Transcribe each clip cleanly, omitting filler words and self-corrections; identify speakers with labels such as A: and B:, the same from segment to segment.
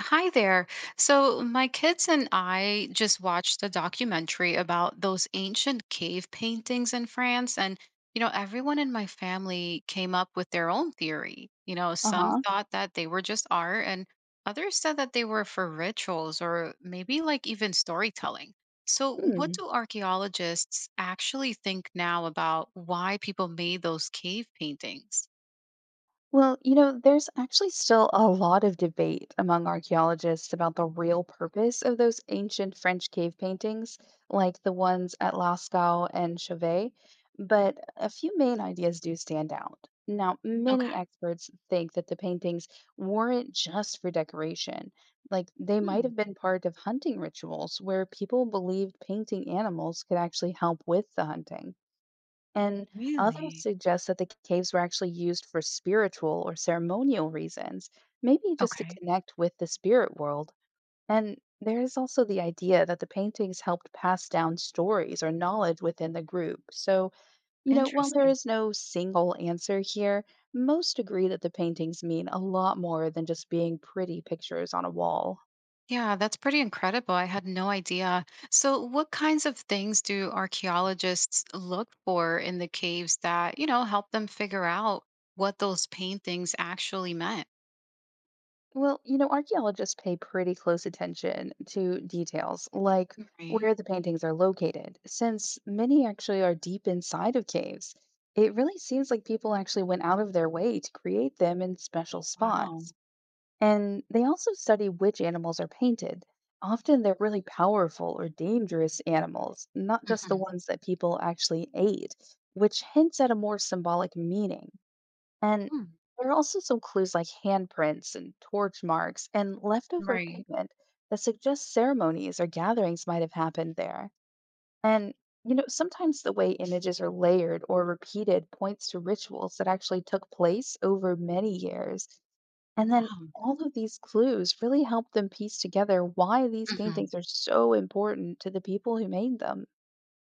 A: Hi there. So, my kids and I just watched a documentary about those ancient cave paintings in France. And, everyone in my family came up with their own theory. Some
B: Uh-huh.
A: thought that they were just art, and others said that they were for rituals or maybe like even storytelling. So, what
B: Hmm.
A: do archaeologists actually think now about why people made those cave paintings?
B: Well, you know, there's actually still a lot of debate among archaeologists about the
A: Mm.
B: real purpose of those ancient French cave paintings, like the ones at Lascaux and Chauvet, but a few main ideas do stand out. Now,
A: Okay.
B: many experts think that the paintings weren't just for decoration. Like, they might
A: Hmm,
B: have been part of hunting rituals where people believed painting animals could actually help with the hunting. And others
A: really?
B: suggest that the caves were actually used for spiritual or ceremonial reasons, maybe just to
A: Okay.
B: connect with the spirit world. And there is also the idea that the paintings helped pass down stories or knowledge within the group. So, you know, while there
A: Interesting.
B: is no single answer here, most agree that the paintings mean a lot more than just being pretty pictures on a wall.
A: Yeah, that's pretty incredible. I had no idea. So, what kinds of things do archaeologists look for in the caves that help them figure out what those paintings actually meant?
B: Well, you know, archaeologists pay pretty close attention to details like
A: Right.
B: where the paintings are located, since many actually are deep inside of caves. It really seems like people actually went out of their way to create them in special
A: Wow.
B: spots. And they also study which animals are painted. Often they're really powerful or dangerous animals, not just the ones that people actually ate, which hints at a more symbolic meaning. And
A: Hmm.
B: there are also some clues like handprints and torch marks and leftover
A: Right.
B: pigment that suggest ceremonies or gatherings might have happened there. And, you know, sometimes the way images are layered or repeated points to rituals that actually took place over many years. And then
A: Wow.
B: all of these clues really help them piece together why these
A: Hmm.
B: paintings are so important to the people who made them.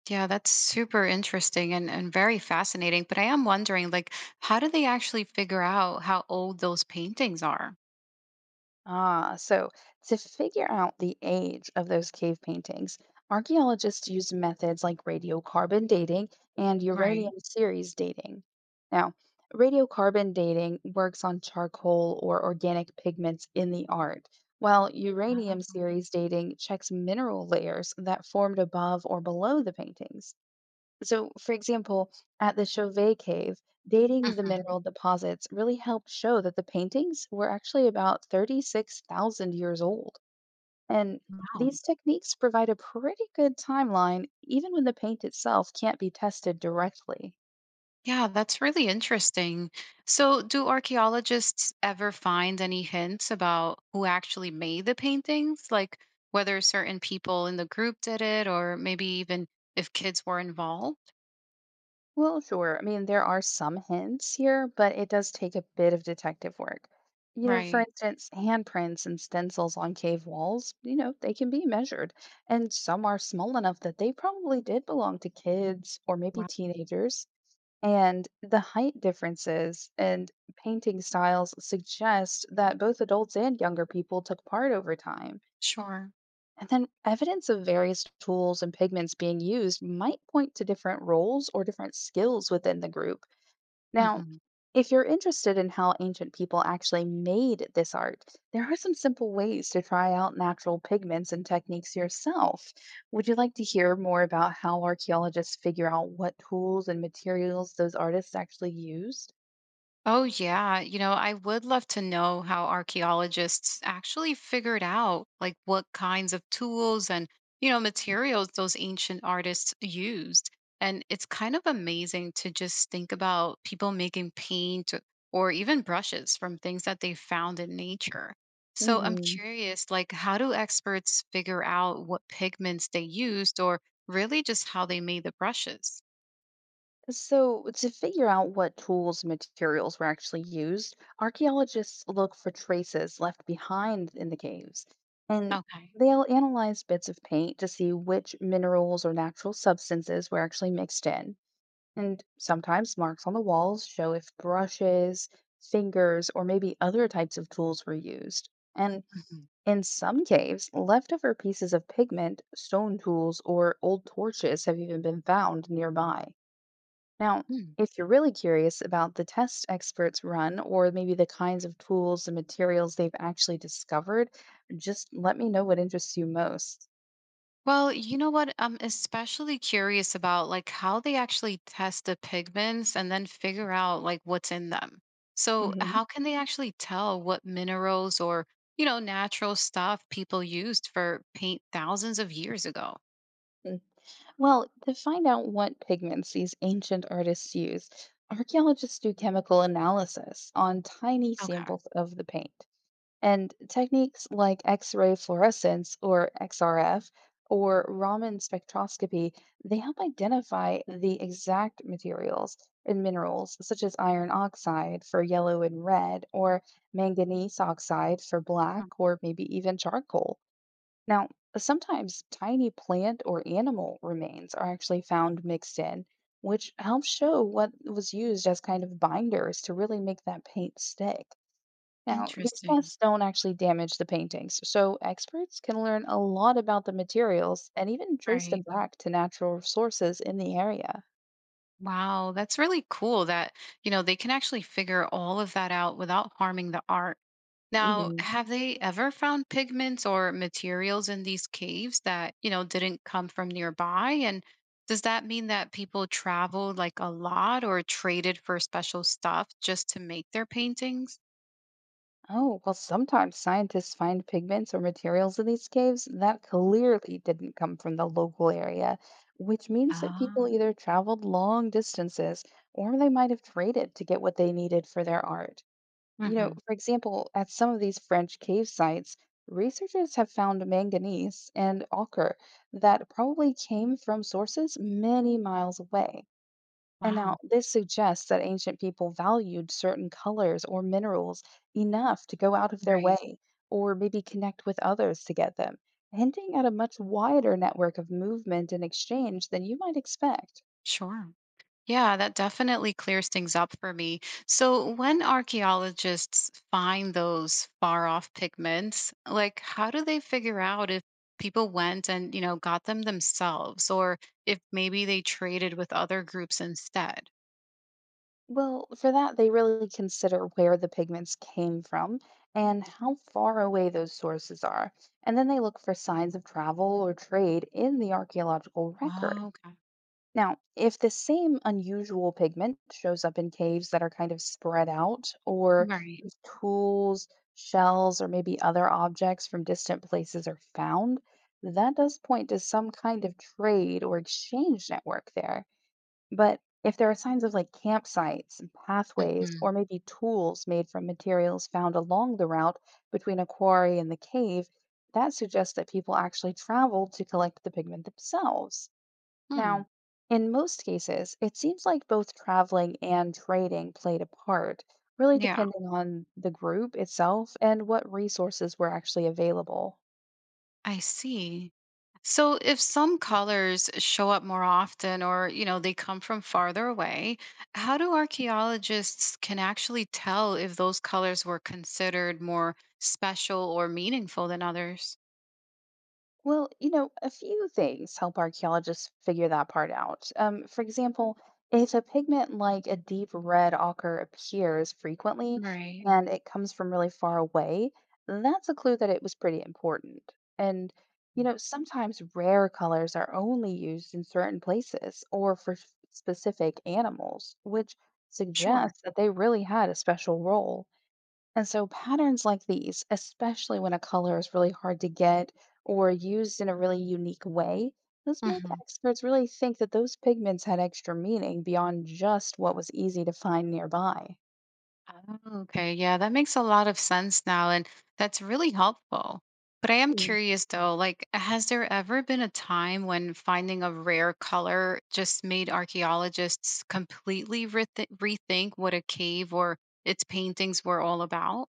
A: Yeah, that's super interesting and very fascinating. But I am wondering, like, how do they actually figure out how old those paintings are?
B: Ah, so to figure out the age of those cave paintings, archaeologists used methods like radiocarbon dating and
A: Right.
B: uranium series dating. Now, radiocarbon dating works on charcoal or organic pigments in the art, while uranium
A: Uh,
B: series dating checks mineral layers that formed above or below the paintings. So, for example, at the Chauvet Cave, dating the
A: mhm.
B: mineral deposits really helped show that the paintings were actually about 36,000 years old. And
A: Wow.
B: these techniques provide a pretty good timeline, even when the paint itself can't be tested directly.
A: Yeah, that's really interesting. So, do archaeologists ever find any hints about who actually made the paintings? Like whether certain people in the group did it, or maybe even if kids were involved?
B: Well, sure. I mean, there are some hints here, but it does take a bit of detective work. You know, for
A: Right.
B: instance, handprints and stencils on cave walls, you know, they can be measured, and some are small enough that they probably did belong to kids or maybe
A: Wow.
B: teenagers. And the height differences and painting styles suggest that both adults and younger people took part over time.
A: Sure.
B: And then evidence of various tools and pigments being used might point to different roles or different skills within the group. Now,
A: Mhm.
B: if you're interested in how ancient people actually made this art, there are some simple ways to try out natural pigments and techniques yourself. Would you like to hear more about how archaeologists figure out what tools and materials those artists actually used?
A: Oh, yeah. I would love to know how archaeologists actually figured out like what kinds of tools and materials those ancient artists used. And it's kind of amazing to just think about people making paint or even brushes from things that they found in nature. So I'm
B: Hmm.
A: curious, like, how do experts figure out what pigments they used or really just how they made the brushes?
B: So, to figure out what tools and materials were actually used, archaeologists look for traces left behind in the caves, and
A: Okay.
B: they'll analyze bits of paint to see which minerals or natural substances were actually mixed in. And sometimes marks on the walls show if brushes, fingers, or maybe other types of tools were used. And in some caves, leftover pieces of pigment, stone tools, or old torches have even been found nearby. Now,
A: Mhm.
B: if you're really curious about the tests experts run or maybe the kinds of tools and materials they've actually discovered, just let me know what interests you most.
A: Well, you know what? I'm especially curious about like how they actually test the pigments and then figure out like what's in them. So,
B: Hmm.
A: how can they actually tell what minerals or natural stuff people used for paint thousands of years ago?
B: Mm. Well, to find out what pigments these ancient artists used, archaeologists do chemical analysis on tiny
A: Okay.
B: samples of the paint. And techniques like X ray fluorescence or XRF or Raman spectroscopy, they help identify the exact materials and minerals such as iron oxide for yellow and red or manganese oxide for
A: Mm.
B: black or maybe even charcoal. Now, sometimes tiny plant or animal remains are actually found mixed in, which helps show what was used as kind of binders to really make that paint stick. Now, these
A: Interesting.
B: tests don't actually damage the paintings, so experts can learn a lot about the materials and even trace them
A: Right.
B: back to natural sources in the area.
A: Wow, that's really cool that they can actually figure all of that out without harming the art. Now,
B: Hmm.
A: have they ever found pigments or materials in these caves that didn't come from nearby? And does that mean that people traveled like a lot or traded for special stuff just to make their paintings?
B: Oh, well, sometimes scientists find pigments or materials in these caves that clearly didn't come from the local area, which means that people
A: Ah.
B: either traveled long distances or they might have traded to get what they needed for their art. You know,
A: Hmm.
B: for example, at some of these French cave sites, researchers have found manganese and ochre that probably came from sources many miles away. And
A: Wow.
B: now, this suggests that ancient people valued certain colors or minerals enough to go out of their
A: Right.
B: way or maybe connect with others to get them, hinting at a much wider network of movement and exchange than you might expect.
A: Sure. Yeah, that definitely clears things up for me. So, when archaeologists find those far off pigments, like how do they figure out if people went and got them themselves or if maybe they traded with other groups instead?
B: Well, for that, they really consider where the pigments came from and how far away those sources are. And then they look for signs of travel or trade in the archaeological record.
A: Oh, okay.
B: Now, if the same unusual pigment shows up in caves that are kind of spread out, or
A: Right.
B: if tools, shells, or maybe other objects from distant places are found, that does point to some kind of trade or exchange network there. But if there are signs of like campsites and pathways,
A: Hmm.
B: or maybe tools made from materials found along the route between a quarry and the cave, that suggests that people actually traveled to collect the pigment themselves.
A: Hmm.
B: Now, in most cases, it seems like both traveling and trading played a part, really
A: Yeah.
B: depending on the group itself and what resources were actually available.
A: I see. So if some colors show up more often or they come from farther away, how do archaeologists can actually tell if those colors were considered more special or meaningful than others?
B: Well, you know, a few things help archaeologists figure that part out. For example, if a pigment like a deep red ochre appears frequently
A: Right.
B: and it comes from really far away, that's a clue that it was pretty important. And, you
A: Mm.
B: know, sometimes rare colors are only used in certain places or for specific animals, which
A: Sure.
B: suggests that they really had a special role. And so patterns like these, especially when a color is really hard to get or used in a really unique way, those make
A: Mm-hmm.
B: experts really think that those pigments had extra meaning beyond just what was easy to find nearby.
A: Oh, okay, yeah, that makes a lot of sense now, and that's really helpful. But I am curious though, like, has there ever been a time when finding a rare color just made archaeologists completely rethink what a cave or its paintings were all about?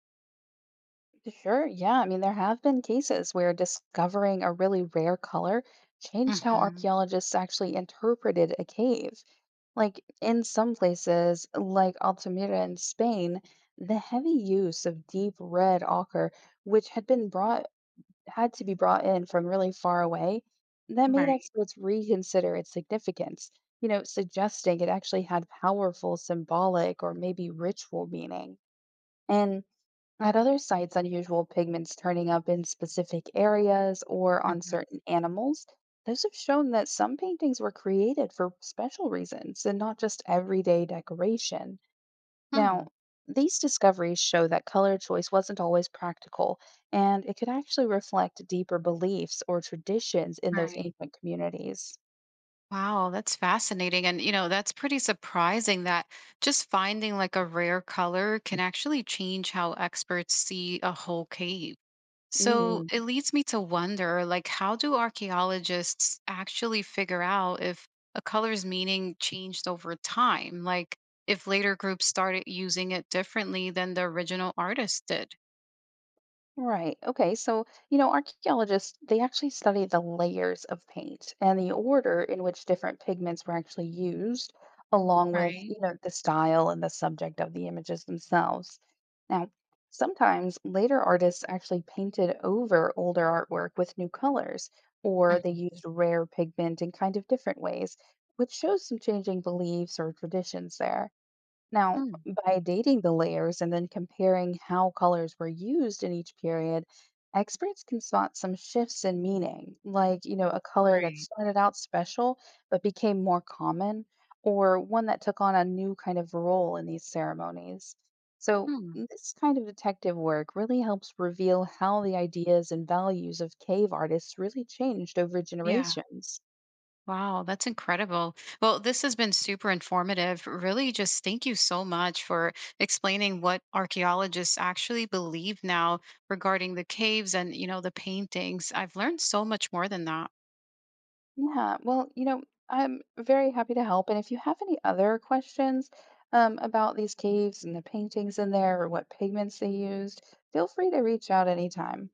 B: Sure, yeah. I mean, there have been cases where discovering a really rare color changed how
A: Hmm.
B: archaeologists actually interpreted a cave. Like in some places, like Altamira in Spain, the heavy use of deep red ochre, which had been brought had to be brought in from really far away, that made
A: Right.
B: experts reconsider its significance, you know, suggesting it actually had powerful symbolic or maybe ritual meaning. And at other sites, unusual pigments turning up in specific areas or on
A: Hmm.
B: certain animals, those have shown that some paintings were created for special reasons and not just everyday decoration.
A: Hmm.
B: Now, these discoveries show that color choice wasn't always practical, and it could actually reflect deeper beliefs or traditions in those
A: Right.
B: ancient communities.
A: Wow, that's fascinating. And that's pretty surprising that just finding like a rare color can actually change how experts see a whole cave. So
B: Mhm.
A: it leads me to wonder like how do archaeologists actually figure out if a color's meaning changed over time? Like if later groups started using it differently than the original artist did,
B: Right. Okay. So, you know, archaeologists, they actually study the layers of paint and the order in which different pigments were actually used, along with,
A: right?
B: you know, the style and the subject of the images themselves. Now, sometimes later artists actually painted over older artwork with new colors, or they
A: Mhm.
B: used rare pigment in kind of different ways, which shows some changing beliefs or traditions there. Now,
A: Hmm.
B: by dating the layers and then comparing how colors were used in each period, experts can spot some shifts in meaning, like, you know, a color that
A: Right.
B: started out special but became more common, or one that took on a new kind of role in these ceremonies. So,
A: Hmm.
B: this kind of detective work really helps reveal how the ideas and values of cave artists really changed over
A: Yeah.
B: generations.
A: Wow, that's incredible. Well, this has been super informative. Really, just thank you so much for explaining what archaeologists actually believe now regarding the caves and the paintings. I've learned so much more than that.
B: Yeah, well, you know, I'm very happy to help. And if you have any other questions about these caves and the paintings in there or what pigments they used, feel free to reach out anytime.